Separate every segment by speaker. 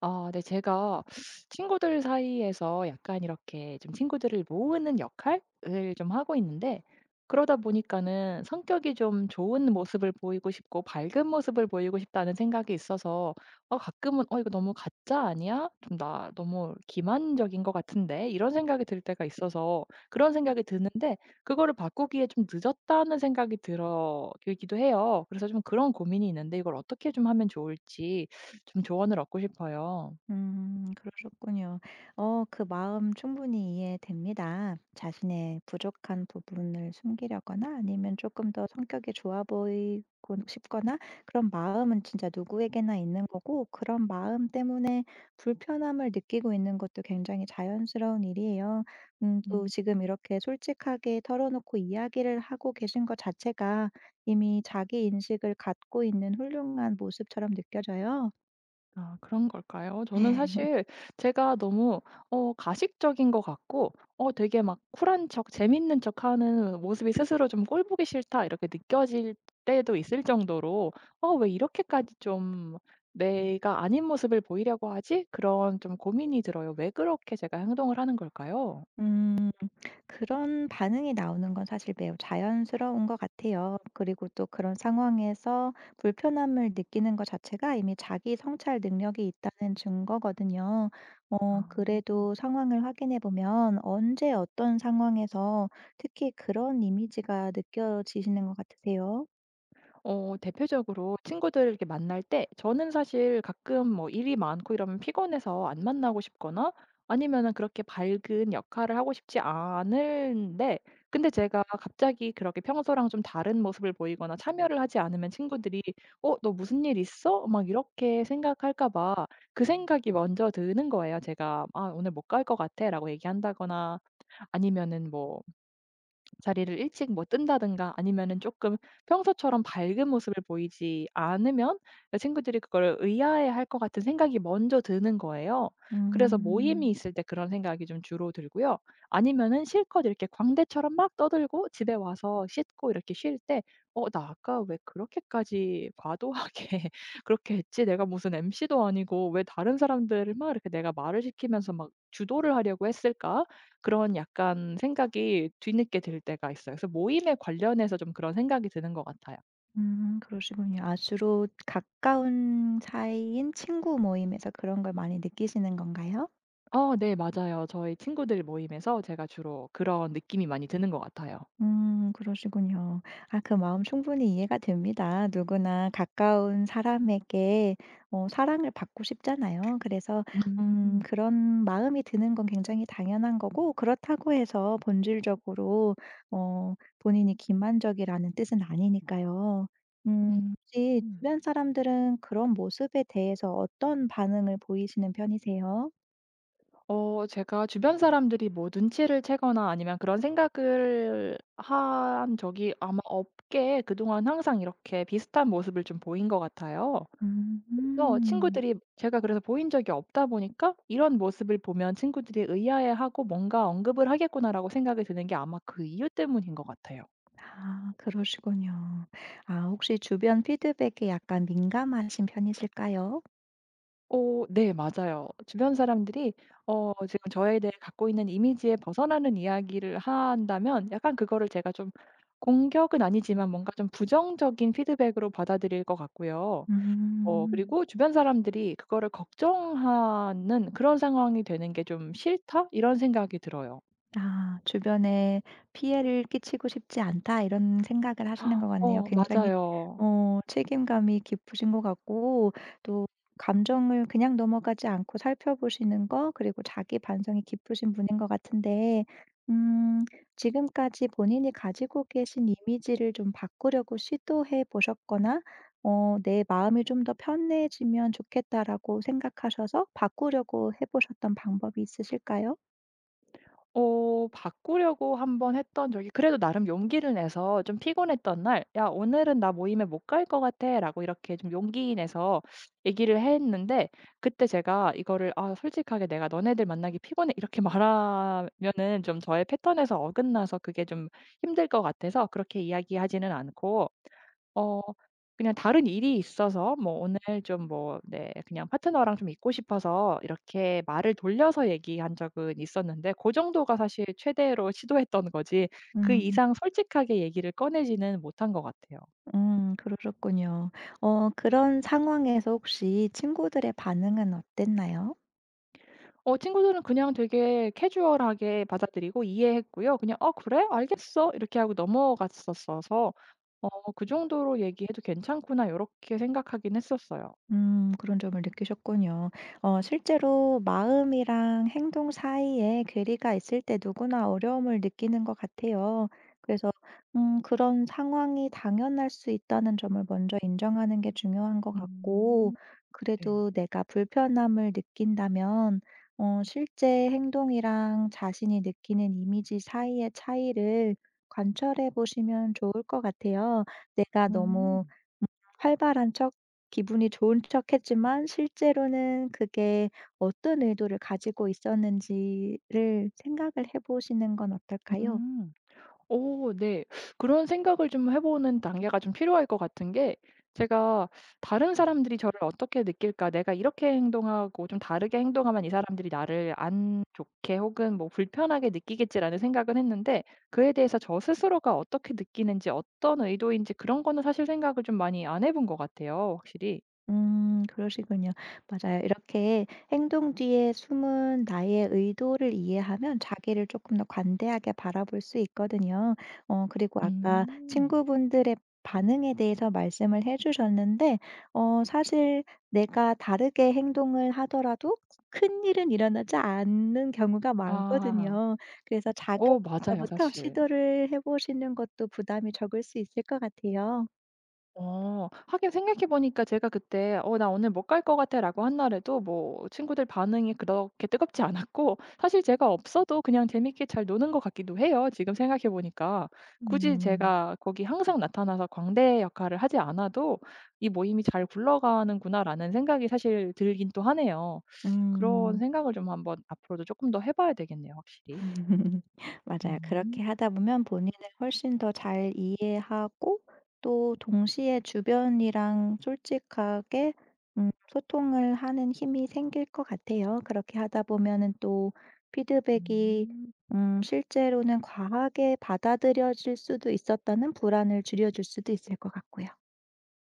Speaker 1: 아, 네. 제가 친구들 사이에서 약간 이렇게 좀 친구들을 모으는 역할을 좀 하고 있는데, 그러다 보니까는 성격이 좀 좋은 모습을 보이고 싶고 밝은 모습을 보이고 싶다는 생각이 있어서 가끔은 이거 너무 가짜 아니야? 좀 나 너무 기만적인 것 같은데?' 이런 생각이 들 때가 있어서 그런 생각이 드는데, 그거를 바꾸기에 좀 늦었다는 생각이 들어 들기도 해요. 그래서 좀 그런 고민이 있는데 이걸 어떻게 좀 하면 좋을지 좀 조언을 얻고 싶어요.
Speaker 2: 그러셨군요. 그 마음 충분히 이해됩니다. 자신의 부족한 부분을 숨기려거나 아니면 조금 더 성격이 좋아 보이고 싶거나 그런 마음은 진짜 누구에게나 있는 거고 그런 마음 때문에 불편함을 느끼고 있는 것도 굉장히 자연스러운 일이에요. 또
Speaker 1: 음.
Speaker 2: 지금 이렇게 솔직하게 털어놓고 이야기를 하고 계신 것 자체가 이미 자기 인식을 갖고 있는 훌륭한 모습처럼 느껴져요.
Speaker 1: 아, 그런 걸까요? 저는 사실 제가 너무 가식적인 것 같고, 되게 막 쿨한 척 재밌는 척하는 모습이 스스로 좀 '꼴 보기 싫다.' 이렇게 느껴질 때도 있을 정도로 왜 이렇게까지 좀 내가 아닌 모습을 보이려고 하지?' 그런 좀 고민이 들어요. 왜 그렇게 제가 행동을 하는 걸까요?
Speaker 2: 음. 그런 반응이 나오는 건 사실 매우 자연스러운 것 같아요. 그리고 또 그런 상황에서 불편함을 느끼는 것 자체가 이미 자기 성찰 능력이 있다는 증거거든요. 어,
Speaker 1: 아.
Speaker 2: 그래도 상황을 확인해 보면 언제 어떤 상황에서 특히 그런 이미지가 느껴지시는 것 같으세요?
Speaker 1: 대표적으로 친구들을 이렇게 만날 때 저는 사실 가끔 뭐 일이 많고 이러면 피곤해서 안 만나고 싶거나, 아니면은 그렇게 밝은 역할을 하고 싶지 않은데, 근데 제가 갑자기 그렇게 평소랑 좀 다른 모습을 보이거나 참여를 하지 않으면 친구들이 "어 너 무슨 일 있어?" 막 이렇게 생각할까 봐 그 생각이 먼저 드는 거예요. 제가 "아 오늘 못 갈 것 같아."라고 얘기한다거나, 아니면은 뭐 자리를 일찍 뭐 뜬다든가, 아니면은 조금 평소처럼 밝은 모습을 보이지 않으면 그 친구들이 그걸 의아해할 것 같은 생각이 먼저 드는 거예요. 그래서 모임이
Speaker 2: 음,
Speaker 1: 있을 때 그런 생각이 좀 주로 들고요. 아니면은 실컷 이렇게 광대처럼 막 떠들고 집에 와서 씻고 이렇게 쉴 때 나 아까 왜 그렇게까지 과도하게 그렇게 했지? 내가 무슨 MC도 아니고 왜 다른 사람들을 막 이렇게 내가 말을 시키면서 막 주도를 하려고 했을까?' 그런 약간 생각이 뒤늦게 들 때가 있어요. 그래서 모임에 관련해서 좀 그런 생각이 드는 것 같아요.
Speaker 2: 그러시군요. 아, 주로 가까운 사이인 친구 모임에서 그런 걸 많이 느끼시는 건가요?
Speaker 1: 어, 네, 맞아요. 저희 친구들 모임에서 제가 주로 그런 느낌이 많이 드는 것 같아요.
Speaker 2: 그러시군요. 아 그 마음 충분히 이해가 됩니다. 누구나 가까운 사람에게 사랑을 받고 싶잖아요. 그래서
Speaker 1: 음.
Speaker 2: 그런 마음이 드는 건 굉장히 당연한 거고 그렇다고 해서 본질적으로 본인이 기만적이라는 뜻은 아니니까요.
Speaker 1: 음.
Speaker 2: 혹시
Speaker 1: 음.
Speaker 2: 주변 사람들은 그런 모습에 대해서 어떤 반응을 보이시는 편이세요?
Speaker 1: 제가 주변 사람들이 뭐 눈치를 채거나 아니면 그런 생각을 한 적이 아마 없게 그동안 항상 이렇게 비슷한 모습을 좀 보인 것 같아요. 그래서
Speaker 2: 음.
Speaker 1: 친구들이 제가 그래서 보인 적이 없다 보니까 이런 모습을 보면 친구들이 의아해하고 '뭔가 언급을 하겠구나.'라고 생각이 드는 게 아마 그 이유 때문인 것 같아요.
Speaker 2: 아 그러시군요. 아 혹시 주변 피드백에 약간 민감하신 편이실까요?
Speaker 1: 어, 네, 맞아요. 주변 사람들이 지금 저에 대해 갖고 있는 이미지에 벗어나는 이야기를 한다면 약간 그거를 제가 좀, 공격은 아니지만 뭔가 좀 부정적인 피드백으로 받아들일 것 같고요.
Speaker 2: 음.
Speaker 1: 그리고 주변 사람들이 그거를 걱정하는 그런 상황이 되는 게 좀 '싫다.' 이런 생각이 들어요.
Speaker 2: 아 주변에 '피해를 끼치고 싶지 않다.' 이런 생각을 하시는 것 같네요.
Speaker 1: 어,
Speaker 2: 굉장히
Speaker 1: 맞아요.
Speaker 2: 책임감이 깊으신 것 같고 또 감정을 그냥 넘어가지 않고 살펴보시는 거 그리고 자기 반성이 깊으신 분인 것 같은데 음 지금까지 본인이 가지고 계신 이미지를 좀 바꾸려고 시도해 보셨거나 '내 마음이 좀 더 편해지면 좋겠다.'라고 생각하셔서 바꾸려고 해 보셨던 방법이 있으실까요?
Speaker 1: 바꾸려고 한번 했던 적이, 그래도 나름 용기를 내서 좀 피곤했던 날 "야 오늘은 나 모임에 못 갈 것 같아."라고 이렇게 좀 용기 내서 얘기를 했는데, 그때 제가 이거를 "아 솔직하게 내가 '너네들 만나기 피곤해.' 이렇게 말하면은 좀 저의 패턴에서 어긋나서 그게 좀 힘들 것 같아서 그렇게 이야기하지는 않고 어 그냥 다른 일이 있어서 뭐 오늘 좀 뭐, 네 그냥 파트너랑 좀 있고 싶어서 이렇게 말을 돌려서 얘기한 적은 있었는데, 고 정도가 사실 최대로 시도했던 거지 그
Speaker 2: 음.
Speaker 1: 이상 솔직하게 얘기를 꺼내지는 못한 것 같아요.
Speaker 2: 그러셨군요. 그런 상황에서 혹시 친구들의 반응은 어땠나요?
Speaker 1: 친구들은 그냥 되게 캐주얼하게 받아들이고 이해했고요. 그냥 "어 그래? 알겠어." 이렇게 하고 넘어갔었어서 '그 정도로 얘기해도 괜찮구나.' 요렇게 생각하긴 했었어요.
Speaker 2: 그런 점을 느끼셨군요. 실제로 마음이랑 행동 사이에 괴리가 있을 때 누구나 어려움을 느끼는 것 같아요. 그래서 그런 상황이 당연할 수 있다는 점을 먼저 인정하는 게 중요한 것 같고
Speaker 1: 음. 네.
Speaker 2: 그래도 내가 불편함을 느낀다면 실제 행동이랑 자신이 느끼는 이미지 사이의 차이를 관찰해 보시면 좋을 것 같아요. 내가
Speaker 1: 음.
Speaker 2: 너무 활발한 척, 기분이 좋은 척 했지만 실제로는 그게 어떤 의도를 가지고 있었는지를 생각을 해 보시는 건 어떨까요?
Speaker 1: 음. 오, 네. 그런 생각을 좀 해 보는 단계가 좀 필요할 것 같은 게, 제가 '다른 사람들이 저를 어떻게 느낄까? 내가 이렇게 행동하고 좀 다르게 행동하면 이 사람들이 나를 안 좋게 혹은 뭐 불편하게 느끼겠지.'라는 생각은 했는데, 그에 대해서 저 스스로가 어떻게 느끼는지, 어떤 의도인지 그런 거는 사실 생각을 좀 많이 안 해본 것 같아요, 확실히.
Speaker 2: 그러시군요. 맞아요. 이렇게 행동 뒤에 숨은 나의 의도를 이해하면 자기를 조금 더 관대하게 바라볼 수 있거든요. 그리고 아까
Speaker 1: 음.
Speaker 2: 친구분들의 반응에 대해서 말씀을 해 주셨는데 사실 내가 다르게 행동을 하더라도 큰일은 일어나지 않는 경우가
Speaker 1: 아.
Speaker 2: 많거든요. 그래서 작은 것
Speaker 1: 오, 맞아요
Speaker 2: 부터
Speaker 1: 사실.
Speaker 2: 시도를 해 보시는 것도 부담이 적을 수 있을 것 같아요.
Speaker 1: 어. 하긴 생각해 보니까 제가 그때 "어 나 오늘 못 갈 것 같아."라고 한 날에도 뭐 친구들 반응이 그렇게 뜨겁지 않았고, 사실 제가 없어도 그냥 재밌게 잘 노는 것 같기도 해요, 지금 생각해 보니까. 굳이
Speaker 2: 음.
Speaker 1: 제가 거기 항상 나타나서 광대 역할을 하지 않아도 '이 모임이 잘 굴러가는구나.'라는 생각이 사실 들긴 또 하네요. 그런
Speaker 2: 음.
Speaker 1: 생각을 좀 한번 앞으로도 조금 더 해 봐야 되겠네요, 확실히.
Speaker 2: 맞아요. 그렇게
Speaker 1: 음.
Speaker 2: 하다 보면 본인을 훨씬 더 잘 이해하고 또 동시에 주변이랑 솔직하게 소통을 하는 힘이 생길 것 같아요. 그렇게 하다 보면은 또 피드백이
Speaker 1: 음.
Speaker 2: 실제로는 과하게 받아들여질 수도 있었다는 불안을 줄여줄 수도 있을 것 같고요.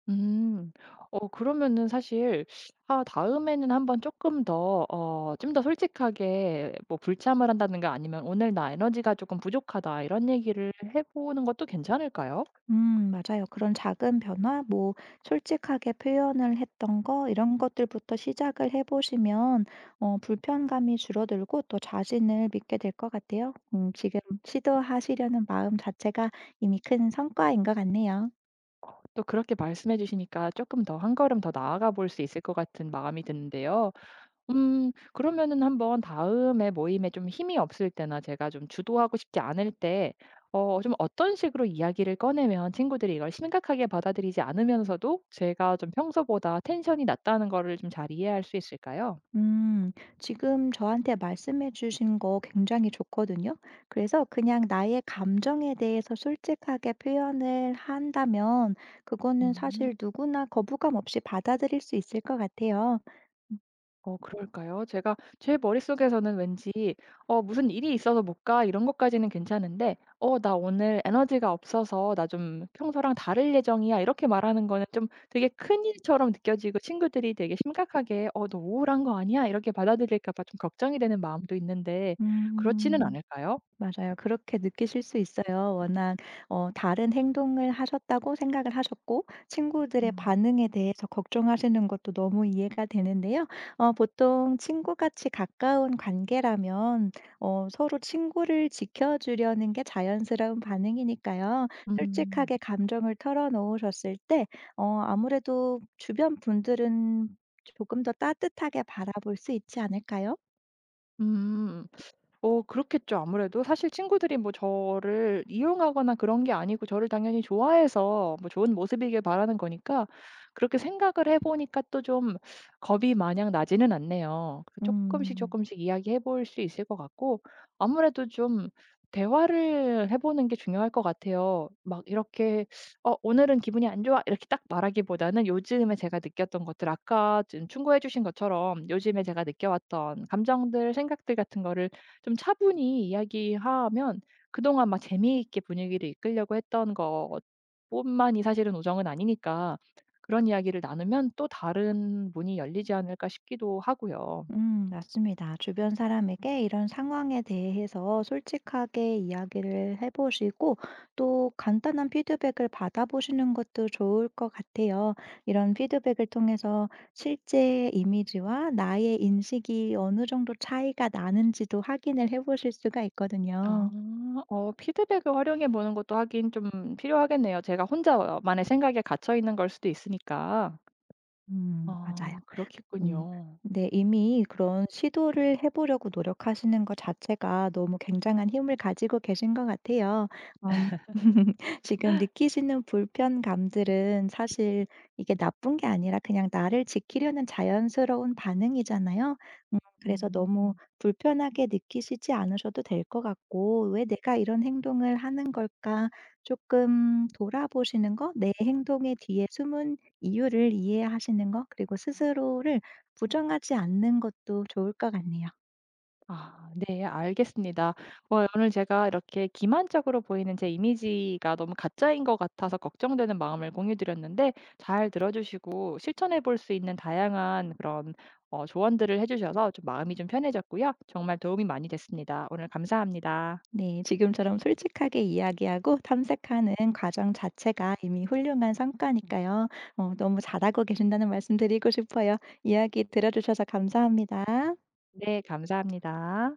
Speaker 1: 음. 그러면은 사실, 아, 다음에는 한번 조금 더 좀 더 솔직하게 뭐 불참을 한다든가 아니면 "오늘 나 에너지가 조금 부족하다." 이런 얘기를 해 보는 것도 괜찮을까요?
Speaker 2: 맞아요. 그런 작은 변화, 뭐, 솔직하게 표현을 했던 거, 이런 것들부터 시작을 해보시면, 어, 불편감이 줄어들고 또 자신을 믿게 될 것 같아요. 지금 시도하시려는 마음 자체가 이미 큰 성과인 것 같네요.
Speaker 1: 또 그렇게 말씀해 주시니까 조금 더 한 걸음 더 나아가 볼 수 있을 것 같은 마음이 드는데요. 음, 그러면은 한번 다음에 모임에 좀 힘이 없을 때나 제가 좀 주도하고 싶지 않을 때 좀 어떤 식으로 이야기를 꺼내면 친구들이 이걸 심각하게 받아들이지 않으면서도 제가 좀 평소보다 텐션이 낮다는 거를 좀 잘 이해할 수 있을까요?
Speaker 2: 음, 지금 저한테 말씀해 주신 거 굉장히 좋거든요. 그래서 그냥 나의 감정에 대해서 솔직하게 표현을 한다면 그거는
Speaker 1: 음.
Speaker 2: 사실 누구나 거부감 없이 받아들일 수 있을 것 같아요. 음.
Speaker 1: 어, 그럴까요? 제가 제 머릿속에서는 왠지 '무슨 일이 있어서 못 가.' 이런 것까지는 괜찮은데 '어 나 오늘 에너지가 없어서 나 좀 평소랑 다를 예정이야.' 이렇게 말하는 거는 좀 되게 큰일처럼 느껴지고 친구들이 되게 심각하게 '어 너 우울한 거 아니야?' 이렇게 받아들일까 봐 좀 걱정이 되는 마음도 있는데, 그렇지는
Speaker 2: 음.
Speaker 1: 않을까요?
Speaker 2: 맞아요. 그렇게 느끼실 수 있어요. 워낙 다른 행동을 하셨다고 생각을 하셨고 친구들의
Speaker 1: 음.
Speaker 2: 반응에 대해서 걱정하시는 것도 너무 이해가 되는데요. 보통 친구같이 가까운 관계라면 서로 친구를 지켜주려는 게 자연스러운 반응이니까요.
Speaker 1: 음.
Speaker 2: 솔직하게 감정을 털어놓으셨을 때 아무래도 주변 분들은 조금 더 따뜻하게 바라볼 수 있지 않을까요?
Speaker 1: 음. 어, 그렇겠죠 아무래도. 사실 친구들이 뭐 저를 이용하거나 그런 게 아니고 저를 당연히 좋아해서 뭐 좋은 모습이길 바라는 거니까, 그렇게 생각을 해 보니까 또 좀 겁이 마냥 나지는 않네요. 그금씩 조
Speaker 2: 음.
Speaker 1: 금씩 이야기해 볼 수 있을 것 같고, 아무래도 좀 대화를 해 보는 게 중요할 것 같아요. 막 이렇게 "어 오늘은 기분이 안 좋아." 이렇게 딱 말하기보다는 요즘에 제가 느꼈던 것들, 아까 지금 충고해 주신 것처럼 요즘에 제가 느껴왔던 감정들, 생각들 같은 거를 좀 차분히 이야기하면, 그동안 막 재미있게 분위기를 이끌려고 했던 것뿐만이 사실은 우정은 아니니까, 그런 이야기를 나누면 또 다른 문이 열리지 않을까 싶기도 하고요.
Speaker 2: 맞습니다. 주변 사람에게 이런 상황에 대해서 솔직하게 이야기를 해보시고 또 간단한 피드백을 받아보시는 것도 좋을 것 같아요. 이런 피드백을 통해서 실제 이미지와 나의 인식이 어느 정도 차이가 나는지도 확인을 해보실 수가
Speaker 1: 아,
Speaker 2: 있거든요.
Speaker 1: 피드백을 활용해 보는 것도 하긴 좀 필요하겠네요. 제가 혼자만의 생각에 갇혀 있는 걸 수도 있으니까.
Speaker 2: 맞아요.
Speaker 1: 아,
Speaker 2: 음.
Speaker 1: 그렇겠군요.
Speaker 2: 네, 이미 그런 시도를 해보려고 노력하시는 것 자체가 너무 굉장한 힘을 가지고 계신 것 같아요. 음, 지금 느끼시는 불편감들은 사실 이게 나쁜 게 아니라 그냥 나를 지키려는 자연스러운 반응이잖아요. 그래서 너무
Speaker 1: 음.
Speaker 2: 불편하게 느끼시지 않으셔도 될 것 같고, 왜 내가 이런 행동을 하는 걸까? 조금 돌아보시는 거, 내 행동의 뒤에 숨은 이유를 이해하시는 거, 그리고 스스로를 부정하지 않는 것도 좋을 것 같네요.
Speaker 1: 아, 네, 알겠습니다. 오늘 제가 이렇게 기만적으로 보이는 제 이미지가 너무 가짜인 것 같아서 걱정되는 마음을 공유 드렸는데, 잘 들어 주시고 실천해 볼 수 있는 다양한 그런 조언들을 해 주셔서 좀 마음이 좀 편해졌고요. 정말 도움이 많이 됐습니다. 오늘 감사합니다.
Speaker 2: 네, 지금처럼 솔직하게 이야기하고 탐색하는 과정 자체가 이미 훌륭한 성과니까요. 어, 너무 잘하고 계신다는 말씀 드리고 싶어요. 이야기 들어주셔서 감사합니다.
Speaker 1: 네, 감사합니다.